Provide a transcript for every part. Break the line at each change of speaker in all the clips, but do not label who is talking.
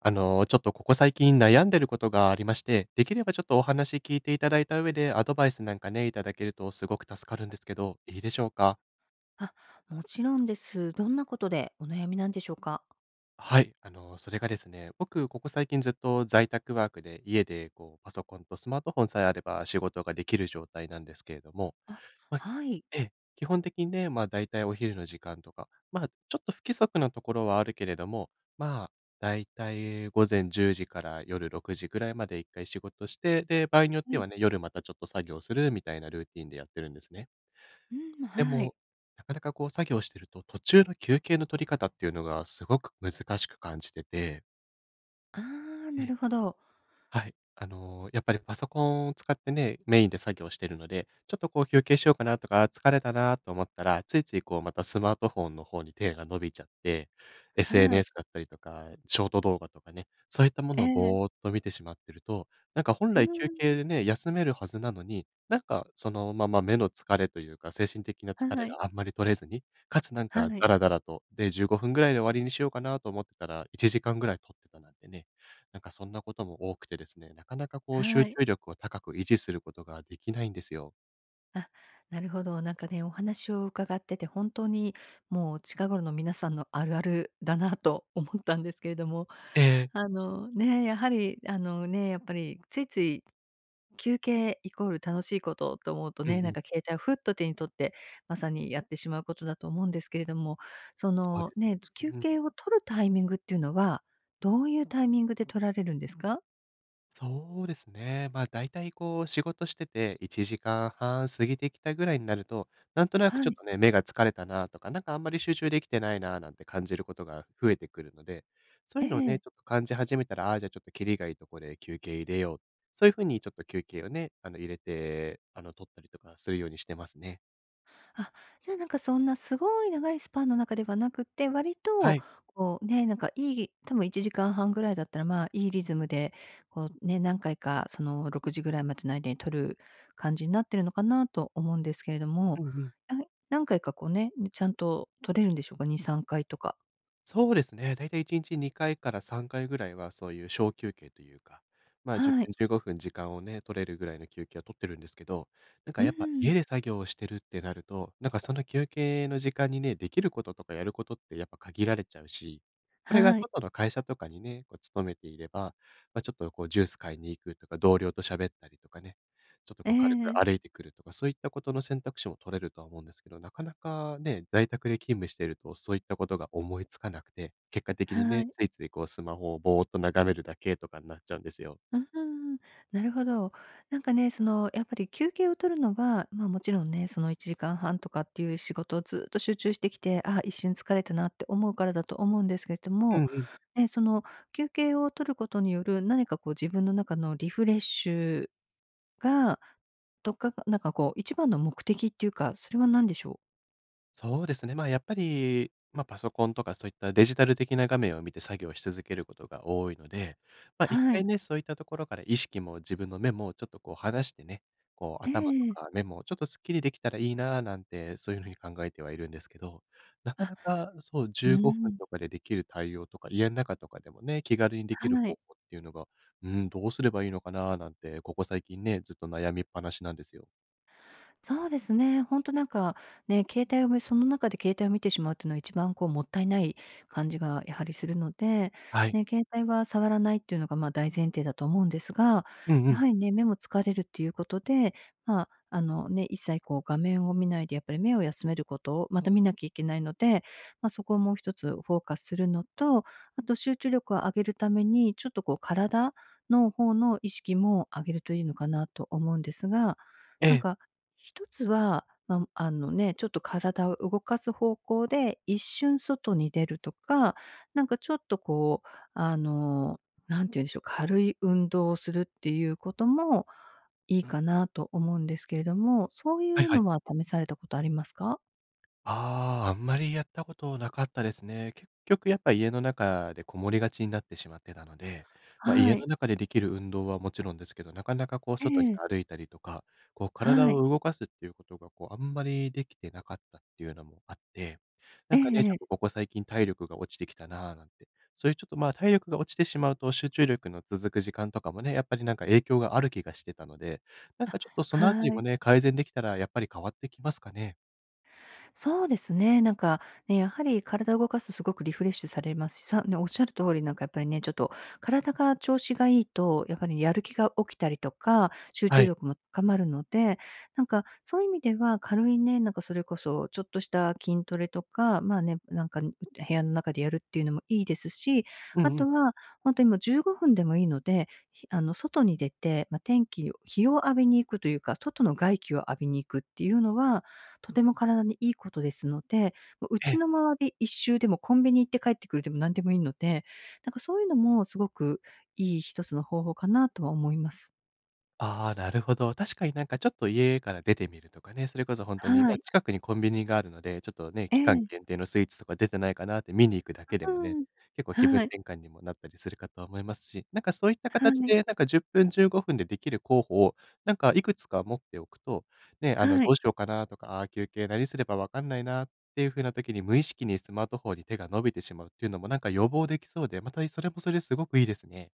ちょっとここ最近悩んでることがありまして、できればちょっとお話聞いていただいた上で、アドバイスなんかね、いただけるとすごく助かるんですけど、いいでしょうか？
あ、もちろんです。どんなことでお悩みなんでしょうか？
はい、それがですね、僕ここ最近ずっと在宅ワークで、家でこうパソコンとスマートフォンさえあれば仕事ができる状態なんですけれども、まあ、
はい。
ええ、基本的にね、だいたいお昼の時間とか、ちょっと不規則なところはあるけれども、ま、だいたい午前10時から夜6時ぐらいまで一回仕事して、で、場合によってはね、
え
夜またちょっと作業するみたいなルーティンでやってるんですね。
うん、
で
はい。
も、なかなかこう作業してると、途中の休憩の取り方っていうのがすごく難しく感じてて。
ああ、なるほど。
はい。やっぱりパソコンを使ってね、メインで作業してるので、ちょっとこう休憩しようかなとか、疲れたなと思ったら、ついついこうまたスマートフォンの方に手が伸びちゃって、
はい。
SNS だったりとか、ショート動画とかね、そういったも
え
のを
え、
ぼーっと見てしまってると、なんか本
う
来休
ん。
憩でね、休めるはずなのに、なんかそのまま目の疲れというか、精神的な
はい、
疲れ
はい、
があんまり取れずに、かつなんかダラダラと、で、15分ぐらいで終わりにしようかなと思ってたら、1時間ぐらい取ってたなんてね、なんかそんなことも多くてですね、なかなかこう集
はい。
中力を高く維持することができないんですよ。
あ、なるほど。なんかね、お話を伺ってて、本当にもう近頃の皆さんのあるあるだなと 思ったんですけれども、
ええ。
ね、やはり、ね、やっぱりついつい休憩イコール楽しいことと思うと
うんう
ね、なん
ん。
か携帯をふっと手に取って、まさにやってしまうことだと思うんですけれども、そ
そうで
の
す
ね、
よ
休
ね。うん、
憩を取るタイミングっていうのは、どういうタイミングで取られるんですか？
そうですね。まあ、だいたいこう仕事してて1時間半過ぎてきたぐらいになると、なんとなく
は
ちょっ
い。
とね、目が疲れたなとか、なんかあんまり集中できてないななんて感じることが増えてくるので、そうい
え
うのをね、
え。
ちょっと感じ始めたら、ああ、じゃあちょっとキリがいいとこで休憩入れよう。そういうふうにちょっと休憩をね、入れて、取ったりとかするようにしてますね。
あ、じゃあ、なんかそんなすごい長いスパンの中ではなくて、割
は
と
い。
こうね、なんかいい多分1時間半ぐらいだったら、まあ、いいリズムで、こうね、何回かその6時ぐらいまでの間に取る感じになってるのかなと思うんですけれど
う
も、
んうん。
あ、何回かこうね、ちゃんと取れるんでしょうか？2、3回とか。
そうですね。だいたい1日2回かいから3回ぐらいは、そういう小休憩というか、10
はい。
分、15分時間をね、取れるぐらいの休憩を取ってるんですけど、なんか
う
やっぱ
ん
家で作業をしてるってなると、なんかその休憩の時間にね、できることとかやることってやっぱ限られちゃうし、これが
はい。
外の会社とかにね、こう勤めていれば、まあ、ちょっとこうジュース買いに行くとか、同僚と喋ったりとかね、ちょっと
え
こう軽く歩
え。
いてくるとか、そういったことの選択肢も取れるとは思うんですけど、なかなかね、在宅で勤務しているとそういったことが思いつかなくて、結果的に
は
ね、
い。
ついついこうスマホをぼーっと眺めるだけとかになっちゃうんですよ。
うーん、なるほど。なんかね、その、やっぱり休憩を取るのは、まあ、もちろんね、その1時間半とかっていう仕事をずっと集中してきて、あ、一瞬疲れたなって思うからだと思うんですけれど
う
も、
んうん。
ね、その休憩を取ることによる何かこう自分の中のリフレッシュが、とか、なんかこう一番の目的っていうか、それは何でしょう？
そうですね。まあ、やっぱり、まあ、パソコンとかそういったデジタル的な画面を見て作業し続けることが多いので、一
は
回
い。
ね、そういったところから意識も自分の目もちょっとこう離してね、こう
え
頭と
え。
か目もちょっとすっきりできたらいいなぁなんて、そういうふうに考えてはいるんですけど、なか
あ、
なかそう、
う
15分
ん。
とかでできる対応とか、家の中とかでもね、気軽にできる
は
方
い。
法っていうのが、うん、どうすればいいのかなぁなんて、ここ最近ね、ずっと悩みっぱなしなんですよ。
そうですね。本当なんか、ね、携帯を見その中で携帯を見てしまうっていうのは一番こうもったいない感じがやはりするので、
はい。
ね、携帯は触らないっていうのがまあ大前提だと思うんですが、
うんう
や
ん。
はりね、目も疲れるっていうことで、まあ、一切こう画面を見ないでやっぱり目を休めることをまた見なきゃいけないので、まあ、そこをもう一つフォーカスするのと、あと集中力を上げるために、ちょっとこう体の方の意識も上げるといいのかなと思うんですが、
え
なん
え。
か一つは、あのね、ちょっと体を動かす方向で一瞬外に出るとか、なんかちょっとこう、あの、なんて言うんでしょう、軽い運動をするっていうこともいいかなと思うんですけれども、そうい
はい
う
はい。
のは試されたことありますか？
ああ、あんまりやったことなかったですね。結局やっぱ家の中でこもりがちになってしまってたので、まあ、家
は
の
い。
中でできる運動はもちろんですけど、なかなかこう
え
外に
え。
歩いたりとか、こう体
は
を
い。
動かすっていうことがこうあんまりできてなかったっていうのもあって、な
え
んかね、ち
ええ
ょっと
え。
ここ最近体力が落ちてきたなあなんて、そういうちょっと、体力が落ちてしまうと集中力の続く時間とかもね、やっぱりなんか影響がある気がしてたので、なん
あ、
かちょっとそのあたり
は
も
い。
ね、改善できたらやっぱり変わってきますかね。
そうですね。なんか、ね、やはり体を動かすとすごくリフレッシュされますし、ね、おっしゃる通りなんかやっぱりね、ちょっと体が調子がいいと、やっぱりやる気が起きたりとか、集
は
中
い。
力も高まるので、なんかそういう意味では軽いね、なんかそれこそちょっとした筋トレとか、まあね、なんか部屋の中でやるっていうのもいいですし、
う
あ
んうん。
とは本当にもう15分でもいいので、あの、外に出て、まあ、天気を日を浴びに行くというか、外の外気を浴びに行くっていうのはとても体にいいことですので、もうう
え
ち
え。
の周り一周でもコンビニ行って帰ってくるでも何でもいいので、なんかそういうのもすごくいい一つの方法かなとは思います。
ああ、なるほど。確かになんかちょっと家から出てみるとかね、それこそ本当に、
はい。
近くにコンビニがあるので、ちょっとね、
え
期間
え。う
限定のスイーツとか出てないかなって見に行くだけでもね、
ん。
結構気分
はい。
転換にもなったりするかと思いますし、なんかそういった
は
形
い。
で、なんか10分、15分でできる候補を、なんかいくつか持っておくと、ね、
は
ど
い。
うしようかなとか、ああ、休憩何すればわかんないなっていう風な時に、無意識にスマートフォンに手が伸びてしまうっていうのもなんか予防できそうで、またそれもそれですごくいいですね。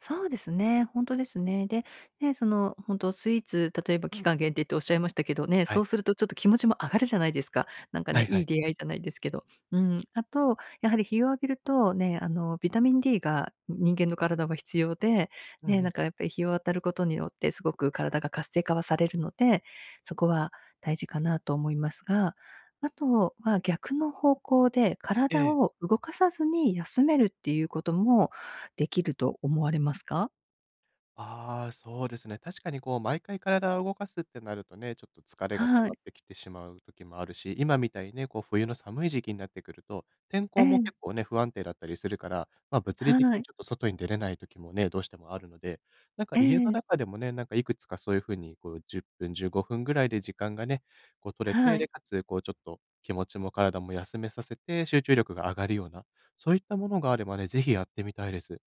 そうですね、本当ですね。で、ね、その、本当スイーツ、例えば期間限定っておっしゃいましたけどね、
は
そ
い。
うするとちょっと気持ちも上がるじゃないですか。なんか
は
ね、
いは
いい
い。
出会いじゃないですけど。うん。あと、やはり日を浴びるとね、ビタミン D が人間の体は必要で、
うん
ね、
う
な
ん。
んかやっぱり日を当たることによってすごく体が活性化はされるので、そこは大事かなと思いますが、あとは逆の方向で
え
体
え。
を動かさずに休めるっていうこともできると思われますか？
ああ、そうですね。確かにこう毎回体を動かすってなるとね、ちょっと疲れが溜
は
まっ
い。
てきてしまう時もあるし、今みたいにね、こう冬の寒い時期になってくると、天
え
候も
え。
結構ね、不安定だったりするから、まあ、物理的
は
に
い。
ちょっと外に出れない時もね、どうしてもあるので、なんか
え
家の
え。
中でもね、なんかいくつかそういう風にこう10分、15分ぐらいで時間がね、こう取れて、
は
で、
い。
かつこうちょっと気持ちも体も休めさせて、集中力が上がるような、そういったものがあればね、ぜひやってみたいです。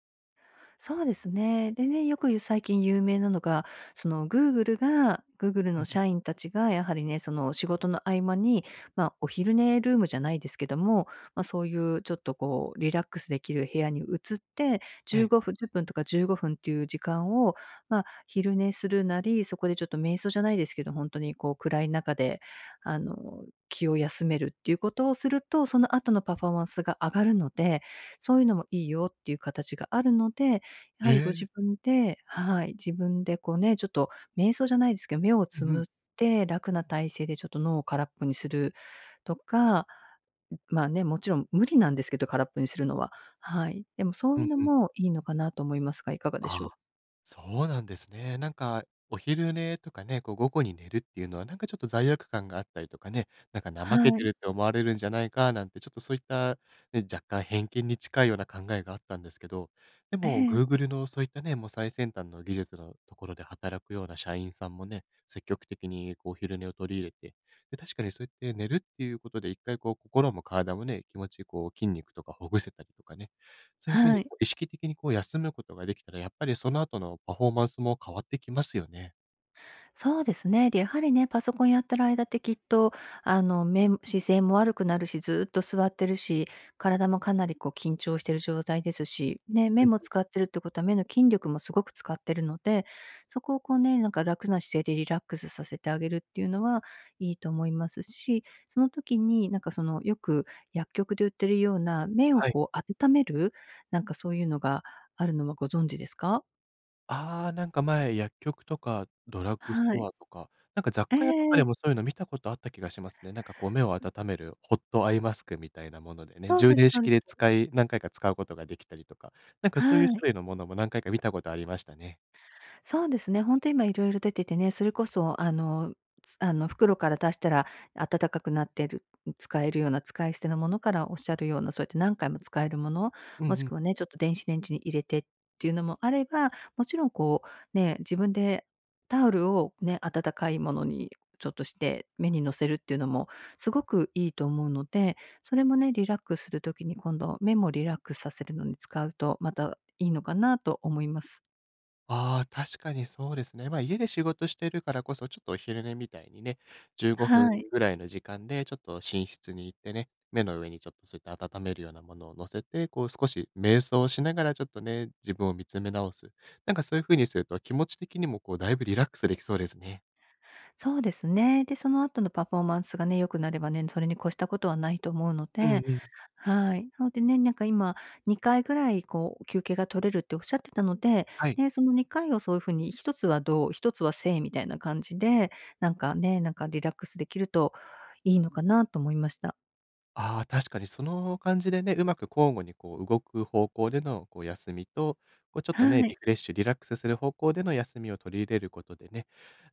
そうですね。でね、よく言う最近有名なのが、そのグーグルが、グーグル
うん
の
う
社
ん。
員たちがやはりね、その仕事の合間に、まあ、お昼寝ルームじゃないですけども、まあ、そういうちょっとこうリラックスできる部屋に移って、
え
15
え。
分、10分とか15分っていう時間を、まあ、昼寝するなり、そこでちょっと瞑想じゃないですけど、本当にこう暗い中で、気を休めるっていうことをすると、その後のパフォーマンスが上がるので、そういうのもいいよっていう形があるので、や
へ
はりご
え。
自分ではい、自分でこうね、ちょっと瞑想じゃないですけど、目を
う
つ
んうん。
むって楽な体勢でちょっと脳を空っぽにするとか、まあね、もちろん無理なんですけど、空っぽにするのは。はい。でもそ
う
うい
ん
うの
うん。
もいいのかなと思いますが、いかがでし
あ
ょ
あ、
う？
そうなんですね。なんか、お昼寝とかね、こう午後に寝るっていうのは、なんかちょっと罪悪感があったりとかね、なんか
は
怠けてる
い。
って思われるんじゃないかなんて、ちょっとそういった、ね、若干偏見に近いような考えがあったんですけど、で
え
も
え、
Google のそういったね、もう最先端の技術のところで働くような社員さんもね、積極的にこうお昼寝を取り入れて、で、確かにそうやって寝るっていうことで、一回こう心も体もね、気持ちこう筋肉とかほぐせたりとかね、そういう風
は
に
い。
こう意識的にこう休むことができたら、やっぱりその後のパフォーマンスも変わってきますよね。
そうですね。で、やはりね、パソコンやってる間ってきっと、目も姿勢も悪くなるし、ずっと座ってるし、体もかなりこう緊張してる状態ですし、ね、
う
目
ん、
も使ってるってことは目の筋力もすごく使ってるので、そこをこうね、なんか楽な姿勢でリラックスさせてあげるっていうのはいいと思いますし、その時になんかそのよく薬局で売ってるような目を
はい。
こう温める、なんかそういうのがあるのはご存知ですか？
ああ、なんか前、薬局とかドラッグス
は
ト
い。
アとか、なんか雑貨屋とかで
え
も
え
そういうの見たことあった気がしますね。なんかこう目を
そ
温めるホットアイマスクみたいなものでね、
そう
充
で
電
すそう
式
で
で
す。
使い何回か使うことができたりとか、なんかそういう
はい。
種類のものも何回か見たことありましたね。
そうですね。本当今いろ出ててね、それこそあの、袋から出したら暖かくなってる使えるような使い捨てのものからおっしゃるような、そうやって何回も使えるもの、
うんう
もし
ん。
くはね、ちょっと電子レンジに入れてっていうのもあれば、もちろんこう、ね、自分でタオルをね、暖かいものにちょっとして目にのせるっていうのもすごくいいと思うので、それもね、リラックスする時に今度目もリラックスさせるのに使うと、またいいのかなと思います。
ああ、確かにそうですね。家で仕事してるからこそ、ちょっとお昼寝みたいにね、15分
はい。
ぐらいの時間でちょっと寝室に行ってね、目の上にちょっとそういった温めるようなものを乗せて、こう少し瞑想をしながらちょっとね、自分を見つめ直す。なんかそういう風にすると、気持ち的にもこうだいぶリラックスできそうですね。
そうですね。で、その後のパフォーマンスがね、良くなればね、それに越したことはないと思うの
うん
で、
うん。
はい。なのでね、なんか今、2回ぐらいこう休憩が取れるっておっしゃってたので、
はい。
ね、その2回をそういう風に一つはどう一つは静みたいな感じで、なんかね、なんかリラックスできるといいのかなと思いました。
ああ、確かにその感じでね、うまく交互にこう動く方向でのこう休みと、こうちょっとね、
は
リ
い。
フレッシュ、リラックスする方向での休みを取り入れることでね、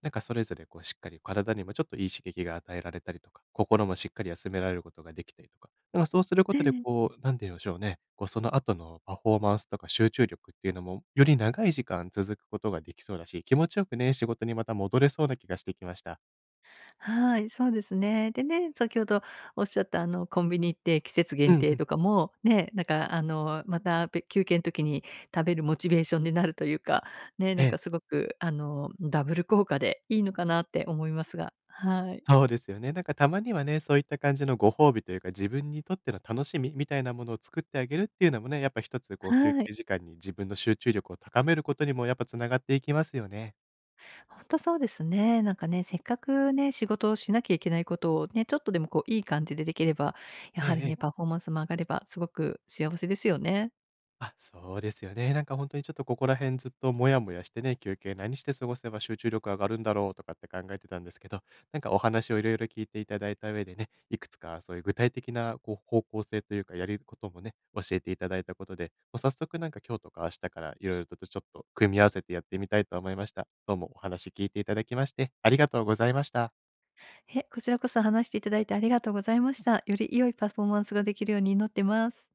なんかそれぞれこうしっかり体にもちょっといい刺激が与えられたりとか、心もしっかり休められることができたりとか、なんかそうすることでこう、なんて言うんでしょうね、こうその後のパフォーマンスとか集中力っていうのも、より長い時間続くことができそうだし、気持ちよくね、仕事にまた戻れそうな気がしてきました。
はい、そうですね。でね、先ほどおっしゃった、コンビニ行って季節
う
限
んう
定
ん。
とかも、ね、なんか、また、休憩の時に食べるモチベーションになるというか、ね、
え
なん
え。
かすごく、ダブル効果でいいのかなって思いますが、はい。
そうですよね。なんかたまにはね、そういった感じのご褒美というか、自分にとっての楽しみみたいなものを作ってあげるっていうのもね、やっぱ一つこう休
は
憩
い。
時間に自分の集中力を高めることにもやっぱつながっていきますよね。
本当そうですね。なんかね、せっかくね、仕事をしなきゃいけないことをね、ちょっとでもこういい感じでできれば、や
え
はり
ええ
ね、パ
え
フォーマンスも上がればすごく幸せですよね。
あ、そうですよね。なんか本当にちょっとここら辺ずっとモヤモヤしてね、休憩何して過ごせば集中力上がるんだろうとかって考えてたんですけど、なんかお話をいろいろ聞いていただいた上でね、いくつかそういう具体的なこう方向性というか、やりることもね、教えていただいたことで、もう早速なんか今日とか明日からいろいろととちょっと組み合わせてやってみたいと思いました。どうもお話聞いていただきまして、ありがとうございました。
え、こちらこそ話していただいてありがとうございました。より良いパフォーマンスができるように祈ってます。